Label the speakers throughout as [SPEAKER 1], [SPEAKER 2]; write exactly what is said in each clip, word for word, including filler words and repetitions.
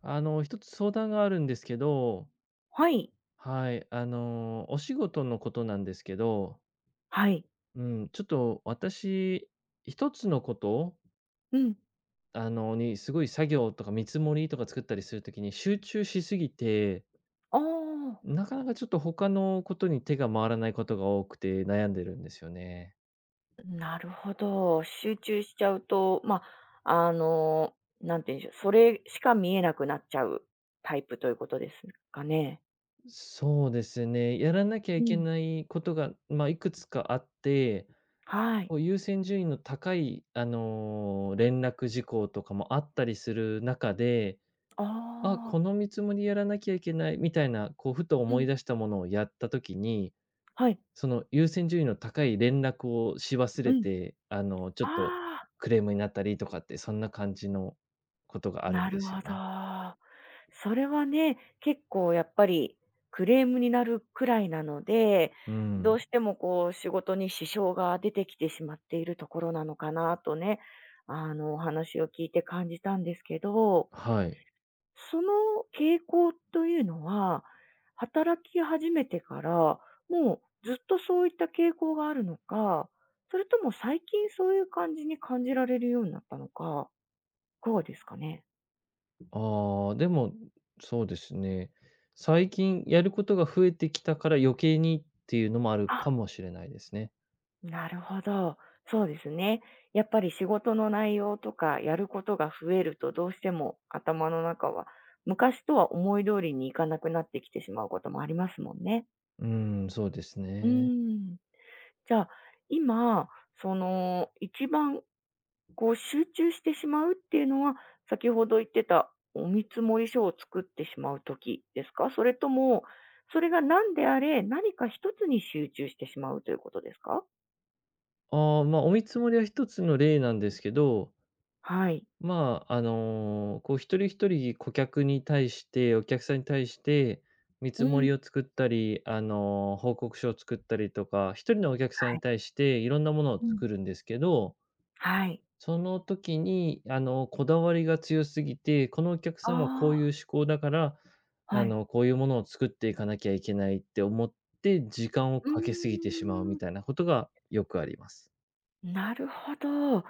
[SPEAKER 1] あの、一つ相談があるんですけど、
[SPEAKER 2] はい、
[SPEAKER 1] はい、あの、お仕事のことなんですけど、
[SPEAKER 2] はい。
[SPEAKER 1] うん、ちょっと私、一つのこと、
[SPEAKER 2] うん。
[SPEAKER 1] あの、にすごい作業とか見積もりとか作ったりするときに集中しすぎて、
[SPEAKER 2] あ
[SPEAKER 1] なかなかちょっと他のことに手が回らないことが多くて悩んでるんですよね。
[SPEAKER 2] あ、なるほど。集中しちゃうと、まあ、あの、なんて言うんでしょう、それしか見えなくなっちゃうタイプということですかね？
[SPEAKER 1] そうですね。やらなきゃ
[SPEAKER 2] う
[SPEAKER 1] いけ
[SPEAKER 2] ん。
[SPEAKER 1] ないことが、まあ、いくつかあって、
[SPEAKER 2] はい。
[SPEAKER 1] こう優先順位の高い、あの、連絡事項とかもあったりする中で、あ、
[SPEAKER 2] あ
[SPEAKER 1] こ
[SPEAKER 2] あ
[SPEAKER 1] の見積もりやらなきゃいけないみたいな、こうふと
[SPEAKER 2] う
[SPEAKER 1] 思い
[SPEAKER 2] ん。
[SPEAKER 1] 出したものをやった時に、
[SPEAKER 2] はい。
[SPEAKER 1] その優先順位の高い連絡をし忘
[SPEAKER 2] う
[SPEAKER 1] れ
[SPEAKER 2] ん。
[SPEAKER 1] て、あの、ちょっと
[SPEAKER 2] ああ。
[SPEAKER 1] クレームになったりとかって、そんな感じのことがあるん
[SPEAKER 2] な
[SPEAKER 1] で
[SPEAKER 2] るほ
[SPEAKER 1] すよね。
[SPEAKER 2] ど。それはね、結構やっぱりクレームになるくらいなので、
[SPEAKER 1] う
[SPEAKER 2] ど
[SPEAKER 1] ん。
[SPEAKER 2] うしてもこう仕事に支障が出てきてしまっているところなのかなとね、あのお話を聞いて感じたんですけど、
[SPEAKER 1] はい。
[SPEAKER 2] その傾向というのは、働き始めてから、もうずっとそういった傾向があるのか、それとも最近そういう感じに感じられるようになったのか、いかがですかね？
[SPEAKER 1] ああ、でも、そうですね。最近やることが増えてきたから余計にっていうのもあるかもしれないですね。
[SPEAKER 2] なるほど。そうですね。やっぱり仕事の内容とかやることが増えるとどうしても頭の中は昔とは思い通りにいかなくなってきてしまうこともありますもんね。
[SPEAKER 1] うーん、そうです
[SPEAKER 2] うー
[SPEAKER 1] ね。
[SPEAKER 2] ん。じゃあ今、その一番こう集中してしまうっていうのは先ほど言ってたお見積もり書を作ってしまうときですか、それとも、それが何であれ何か一つに集中してしまうということですか。
[SPEAKER 1] ああ、まあ、お見積もりは一つの例なんですけど、
[SPEAKER 2] はい。
[SPEAKER 1] まあ、あの、こう一人一人顧客に対して、お客さんに対して、見
[SPEAKER 2] う
[SPEAKER 1] 積
[SPEAKER 2] ん。
[SPEAKER 1] も
[SPEAKER 2] うん、
[SPEAKER 1] りを作ったり、あの、報告書を作ったりとか、一人のお客さん
[SPEAKER 2] は
[SPEAKER 1] に
[SPEAKER 2] い。
[SPEAKER 1] 対していろんなものを作るんですけど、
[SPEAKER 2] はい。
[SPEAKER 1] その時に、あの、こだわりが強すぎて、このお客さんはこういう
[SPEAKER 2] あ
[SPEAKER 1] 思考だから、
[SPEAKER 2] あ、
[SPEAKER 1] あ
[SPEAKER 2] はい。
[SPEAKER 1] の、こういうものを作っていかなきゃいけないって思って、時間を
[SPEAKER 2] う
[SPEAKER 1] かけすぎ
[SPEAKER 2] ー
[SPEAKER 1] てしまうみた
[SPEAKER 2] ん。
[SPEAKER 1] いなことがよくあります。
[SPEAKER 2] なるほど。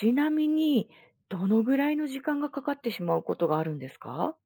[SPEAKER 2] ちなみに、どのぐらいの時間がかかってしまうことがあるんですか？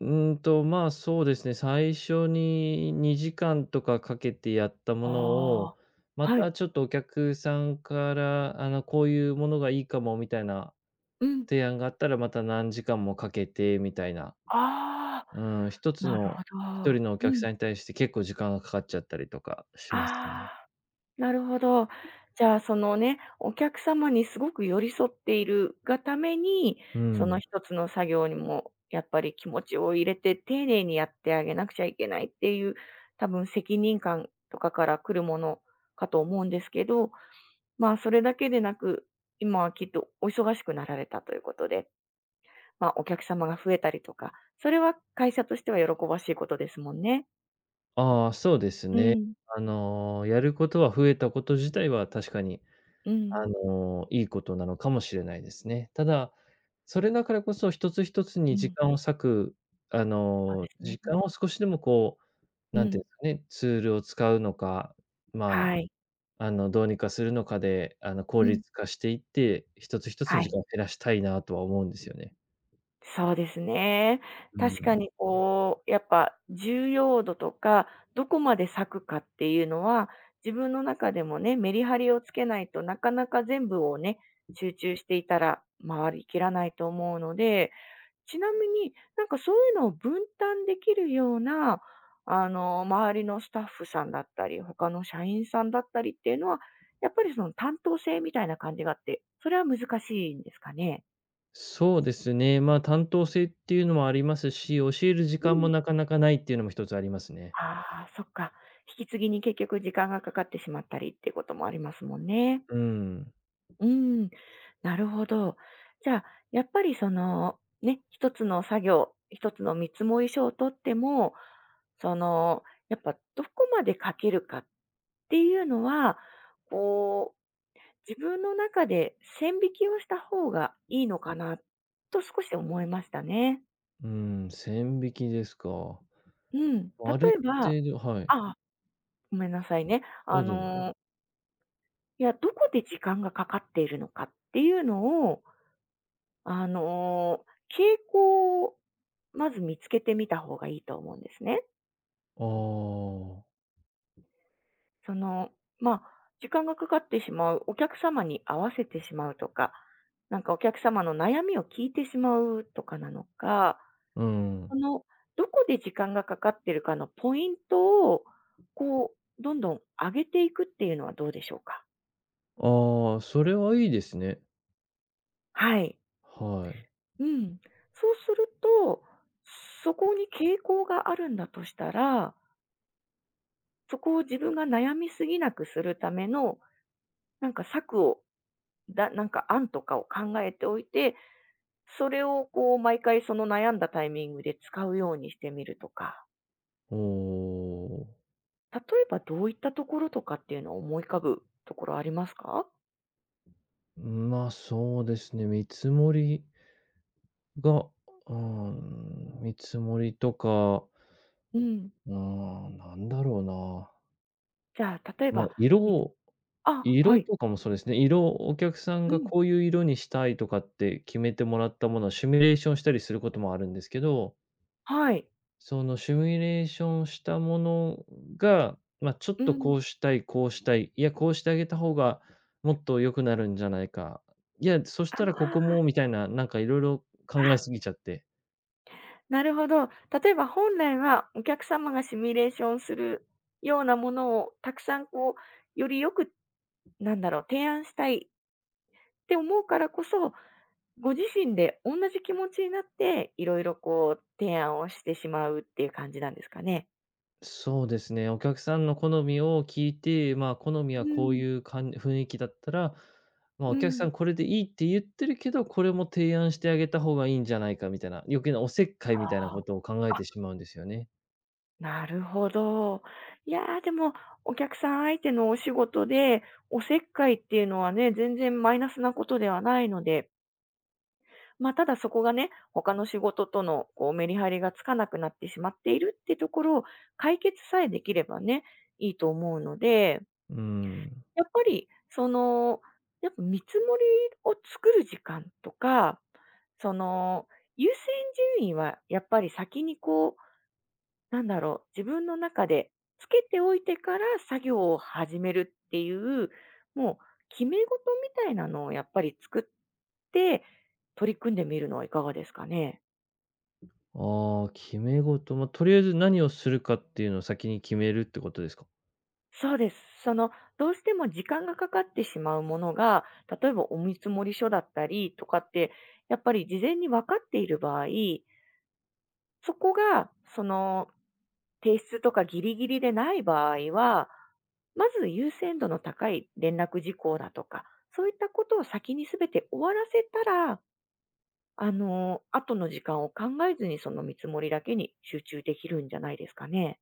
[SPEAKER 1] うーんと、まあ、そうですね、最初ににじかんとかかけてやったもの
[SPEAKER 2] あ
[SPEAKER 1] を、ま
[SPEAKER 2] あ、はい。
[SPEAKER 1] たちょっとお客さんから、あの、こういうものがいいかもみたいな
[SPEAKER 2] うん。
[SPEAKER 1] 提案があったら、また何時間もかけてみたいな、
[SPEAKER 2] ああ、
[SPEAKER 1] うん、一つ
[SPEAKER 2] なる
[SPEAKER 1] の
[SPEAKER 2] ほど。
[SPEAKER 1] 一人
[SPEAKER 2] あ
[SPEAKER 1] のお
[SPEAKER 2] う
[SPEAKER 1] 客
[SPEAKER 2] ん。
[SPEAKER 1] さんに対して結構時間がかかっちゃったりとかしますね。
[SPEAKER 2] ああ。なるほど。じゃあ、そのね、お客様にすごく寄り添っているがために、
[SPEAKER 1] う
[SPEAKER 2] その
[SPEAKER 1] ん。
[SPEAKER 2] 一つの作業にもやっぱり気持ちを入れて丁寧にやってあげなくちゃいけないっていう、多分責任感とかから来るものかと思うんですけど、まあ、それだけでなく、今はきっとお忙しくなられたということで、まあ、お客様が増えたりとか、それは会社としては喜ばしいことですもんね。
[SPEAKER 1] ああ、そうです
[SPEAKER 2] う
[SPEAKER 1] ね。
[SPEAKER 2] ん。
[SPEAKER 1] あの、やることは増えたこと自体は確かに、
[SPEAKER 2] う
[SPEAKER 1] あ
[SPEAKER 2] ん。
[SPEAKER 1] の、いいことなのかもしれないですね。ただ、それだからこそ一つ一つ
[SPEAKER 2] う
[SPEAKER 1] に時
[SPEAKER 2] ん。
[SPEAKER 1] 間を割く、あ
[SPEAKER 2] そうで
[SPEAKER 1] の、
[SPEAKER 2] すね。
[SPEAKER 1] 時間を少しでもこう、
[SPEAKER 2] う
[SPEAKER 1] なんていうん
[SPEAKER 2] ん。
[SPEAKER 1] ですかね、ツールを使うのか、ま
[SPEAKER 2] はい。
[SPEAKER 1] あ、あの、どうにかするのかで、あの、効
[SPEAKER 2] うん。
[SPEAKER 1] 率化していって、一つ一つの
[SPEAKER 2] は
[SPEAKER 1] 時
[SPEAKER 2] い、
[SPEAKER 1] 間を減らしたいなとは思うんですよね。
[SPEAKER 2] そうですね。
[SPEAKER 1] う
[SPEAKER 2] 確か
[SPEAKER 1] ん。
[SPEAKER 2] にこう、やっぱ重要度とか、どこまで割くかっていうのは、自分の中でもね、メリハリをつけないとなかなか全部をね、集中していたら回りきらないと思うので、ちなみになんかそういうのを分担できるような、あの、周りのスタッフさんだったり、他の社員さんだったりっていうのは、やっぱりその担当性みたいな感じがあって、それは難しいんですかね？
[SPEAKER 1] そうですね。まあ、担当性っていうのもありますし、教える時間もなかなかないっていうのも一つありますね。
[SPEAKER 2] ああ、そっか。引き継ぎに結局時間がかかってしまったりっていうこともありますもんね。
[SPEAKER 1] うん。
[SPEAKER 2] うん、なるほど。じゃあ、やっぱりその、ね、一つの作業、一つの見積もり書を取っても、その、やっぱどこまで書けるかっていうのは、こう、自分の中で線引きをした方がいいのかなと少し思いましたね。
[SPEAKER 1] うん、線引きですか。
[SPEAKER 2] うん、例
[SPEAKER 1] ある
[SPEAKER 2] えばあ
[SPEAKER 1] 程度はい。
[SPEAKER 2] あ、ごめんなさいね。
[SPEAKER 1] あ、
[SPEAKER 2] あ
[SPEAKER 1] どうぞ。
[SPEAKER 2] のーいや、どこで時間がかかっているのかっていうのを、あの、傾向をまず見つけてみた方がいいと思うんですね。
[SPEAKER 1] ああ、
[SPEAKER 2] その、まあ、時間がかかってしまう、お客様に合わせてしまうとか、なんかお客様の悩みを聞いてしまうとかなのか、
[SPEAKER 1] う
[SPEAKER 2] そ
[SPEAKER 1] ん。
[SPEAKER 2] の、どこで時間がかかってるかのポイントを、こう、どんどん上げていくっていうのはどうでしょうか？
[SPEAKER 1] ああ、それはいいですね。
[SPEAKER 2] はい。
[SPEAKER 1] はい。
[SPEAKER 2] うん。そうすると、そこに傾向があるんだとしたら、そこを自分が悩みすぎなくするための、なんか策を、だなんか案とかを考えておいて、それをこう毎回その悩んだタイミングで使うようにしてみるとか、
[SPEAKER 1] おお。
[SPEAKER 2] 例えばどういったところとかっていうのを思い浮かぶところありますか。
[SPEAKER 1] まあ、そうですね。見積もりが、うん、見積もりとか、
[SPEAKER 2] うん。
[SPEAKER 1] うん、なんだろうな。
[SPEAKER 2] じゃあ、例え
[SPEAKER 1] まあ、
[SPEAKER 2] ば、
[SPEAKER 1] 色
[SPEAKER 2] み
[SPEAKER 1] を
[SPEAKER 2] あ、は
[SPEAKER 1] 色
[SPEAKER 2] い。
[SPEAKER 1] とかもそうですね。色、お客さん
[SPEAKER 2] う
[SPEAKER 1] が
[SPEAKER 2] ん。
[SPEAKER 1] こういう色にしたいとかって決めてもらったものをシミュレーションしたりすることもあるんですけど、
[SPEAKER 2] はい。
[SPEAKER 1] そのシミュレーションしたものが、まあ、ちょっ
[SPEAKER 2] う
[SPEAKER 1] と
[SPEAKER 2] ん。
[SPEAKER 1] こうしたい、こうしたい、いや、こうしてあげた方がもっと良くなるんじゃないか、いや、そしたらここもみたいな、なんかいろいろ考えすぎちゃって、
[SPEAKER 2] なるほど。例えば本来はお客様がシミュレーションするようなものをたくさんこう、よりよく、なんだろう、提案したいって思うからこそ、ご自身で同じ気持ちになって、いろいろこう、提案をしてしまうっていう感じなんですかね。
[SPEAKER 1] そうですね。お客さんの好みを聞いて、まあ、好み
[SPEAKER 2] う
[SPEAKER 1] はこうい
[SPEAKER 2] ん、
[SPEAKER 1] うかん雰囲気だったら、まあ、
[SPEAKER 2] う
[SPEAKER 1] お客さ
[SPEAKER 2] ん。
[SPEAKER 1] んこれでいいって言ってるけど、これも提案してあげた方がいいんじゃないかみたいな、余計なおせっかいみたいな
[SPEAKER 2] ああ、
[SPEAKER 1] ことを考え
[SPEAKER 2] あ、
[SPEAKER 1] てしまうんですよね。
[SPEAKER 2] なるほど。いやー、でも、お客さん相手のお仕事で、おせっかいっていうのはね、全然マイナスなことではないので、まあ、ただそこがね、他の仕事とのこうメリハリがつかなくなってしまっているってところを解決さえできればね、いいと思うので、
[SPEAKER 1] うん。
[SPEAKER 2] やっぱりその、やっぱ見積もりを作る時間とか、その、優先順位はやっぱり先にこう、なんだろう、自分の中でつけておいてから作業を始めるっていう、もう決め事みたいなのをやっぱり作って、取り組んでみるのはいかがですかね？
[SPEAKER 1] ああ、決め事、まあ、とりあえず何をするかっていうのを先に決めるってことですか？
[SPEAKER 2] そうです。その、どうしても時間がかかってしまうものが、例えばお見積もり書だったりとかって、やっぱり事前に分かっている場合、そこが、その、提出とかギリギリでない場合は、まず優先度の高い連絡事項だとか、そういったことを先にすべて終わらせたら、あの、後の時間を考えずにその見積もりだけに集中できるんじゃないですかね。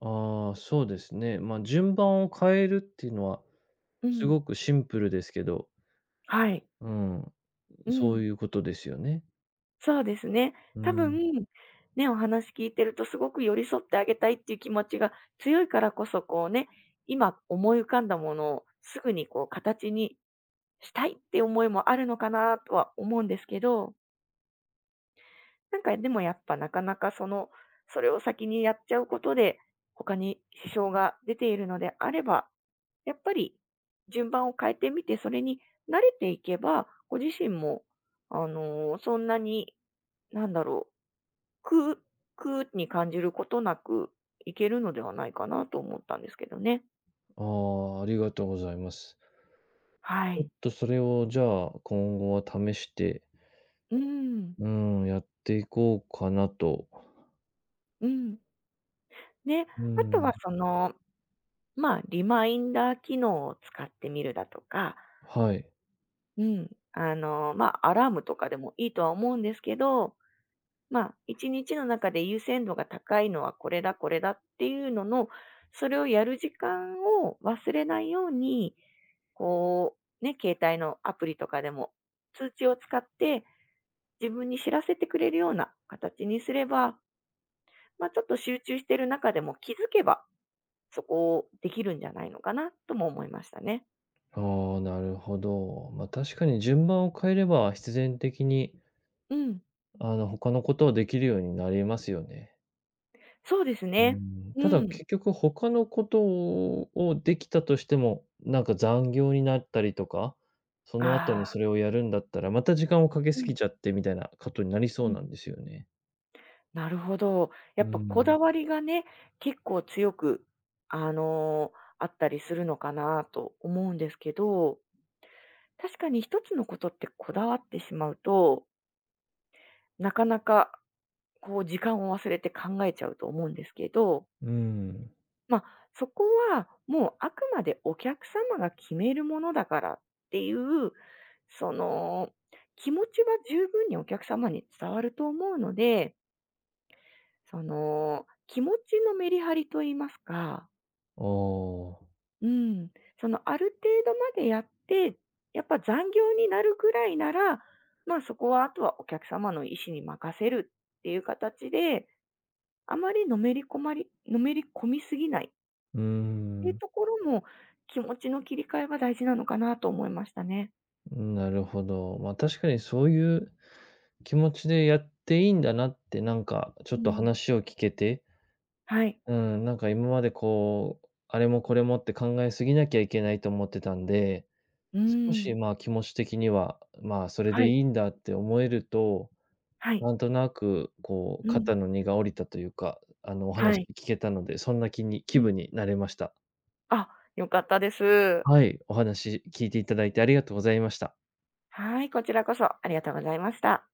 [SPEAKER 1] ああ、そうですね。まあ、順番を変えるっていうのは
[SPEAKER 2] う
[SPEAKER 1] す
[SPEAKER 2] ん。
[SPEAKER 1] ごくシンプルですけど、
[SPEAKER 2] はい。
[SPEAKER 1] うん、
[SPEAKER 2] う
[SPEAKER 1] そう
[SPEAKER 2] ん。
[SPEAKER 1] いうことですよね。
[SPEAKER 2] そうですね。
[SPEAKER 1] う
[SPEAKER 2] 多
[SPEAKER 1] ん。
[SPEAKER 2] 分、ね、お話聞いてるとすごく寄り添ってあげたいっていう気持ちが強いからこそ、こうね、今思い浮かんだものをすぐにこう形にしたいって思いもあるのかなとは思うんですけど、なんかでもやっぱなかなかその、それを先にやっちゃうことで、他に支障が出ているのであれば、やっぱり順番を変えてみて、それに慣れていけば、ご自身も、あのーそんなに、なんだろう、苦苦に感じることなくいけるのではないかなと思ったんですけどね。
[SPEAKER 1] ああ、ありがとうございます。
[SPEAKER 2] は
[SPEAKER 1] ちょっ
[SPEAKER 2] い。
[SPEAKER 1] とそれをじゃあ、今後は試して、
[SPEAKER 2] うん。
[SPEAKER 1] うん、やっていこうかなと。
[SPEAKER 2] うん。で、あ
[SPEAKER 1] う
[SPEAKER 2] とは
[SPEAKER 1] ん、
[SPEAKER 2] その、まあ、リマインダー機能を使ってみるだとか、
[SPEAKER 1] はい。
[SPEAKER 2] うん。あの、まあ、アラームとかでもいいとは思うんですけど、まあ、一日の中で優先度が高いのはこれだ、これだっていうのの、それをやる時間を忘れないように、こう、ね、携帯のアプリとかでも通知を使って、自分に知らせてくれるような形にすれば、まあ、ちょっと集中してる中でも気づけば、そこをできるんじゃないのかなとも思いましたね。
[SPEAKER 1] ああ、なるほど。ま、確かに順番を変えれば、必然的に、
[SPEAKER 2] うん。
[SPEAKER 1] あの、他のことはできるようになりますよね。
[SPEAKER 2] そうです
[SPEAKER 1] う
[SPEAKER 2] ね。
[SPEAKER 1] ん、た
[SPEAKER 2] う
[SPEAKER 1] だ
[SPEAKER 2] ん。
[SPEAKER 1] 結局他のことをできたとしても、なんか残業になったりとか、その後
[SPEAKER 2] あ
[SPEAKER 1] に
[SPEAKER 2] あ。
[SPEAKER 1] それをやるんだったら、また時間をかけ
[SPEAKER 2] う
[SPEAKER 1] す
[SPEAKER 2] ん
[SPEAKER 1] ぎちゃってみたいなことになりそ
[SPEAKER 2] う
[SPEAKER 1] う
[SPEAKER 2] ん。
[SPEAKER 1] なんですよね。
[SPEAKER 2] なるほど。や
[SPEAKER 1] う
[SPEAKER 2] っぱこだ
[SPEAKER 1] ん。
[SPEAKER 2] わりがね、結構強く、あの、あったりするのかなと思うんですけど、確かに一つのことってこだわってしまうと、なかなかこう時間を忘れて考えちゃうと思うんですけど、
[SPEAKER 1] うん。
[SPEAKER 2] まあ、そこはもうあくまでお客様が決めるものだからっていう、その、気持ちは十分にお客様に伝わると思うので、その、気持ちのメリハリと言いますか、
[SPEAKER 1] おあ、
[SPEAKER 2] うん、その、ある程度までやって、やっぱ残業になるぐらいなら、ま、そこはあとはお客様の意思に任せるっていう形で、あまりのめりこまりのめり込みすぎない。
[SPEAKER 1] うー
[SPEAKER 2] ていう
[SPEAKER 1] ん、
[SPEAKER 2] ところも、気持ちの切り替えは大事なのかなと思いましたね。
[SPEAKER 1] なるほど。ま、確かにそういう気持ちでやっていいんだなって、なんかちょっ
[SPEAKER 2] う
[SPEAKER 1] と
[SPEAKER 2] ん。
[SPEAKER 1] 話を聞けて、
[SPEAKER 2] はい。
[SPEAKER 1] うん、なんか今までこう、あれもこれもって考えすぎなきゃいけないと思ってたんで、
[SPEAKER 2] う
[SPEAKER 1] 少
[SPEAKER 2] ー
[SPEAKER 1] し、
[SPEAKER 2] ん。
[SPEAKER 1] まあ、気持ち的には、まあ、それ
[SPEAKER 2] は
[SPEAKER 1] で
[SPEAKER 2] い、
[SPEAKER 1] いいんだって思えると、
[SPEAKER 2] はい。
[SPEAKER 1] なんとなくこう
[SPEAKER 2] う
[SPEAKER 1] 肩
[SPEAKER 2] ん。
[SPEAKER 1] の荷が下りたというか、あの、お
[SPEAKER 2] は
[SPEAKER 1] 話
[SPEAKER 2] い。
[SPEAKER 1] 聞けたので、そんな気に
[SPEAKER 2] う
[SPEAKER 1] 気
[SPEAKER 2] ん。
[SPEAKER 1] 分になれました。
[SPEAKER 2] あ、良かったです。
[SPEAKER 1] はい、お話聞いていただいてありがとうございました。
[SPEAKER 2] はい、こちらこそありがとうございました。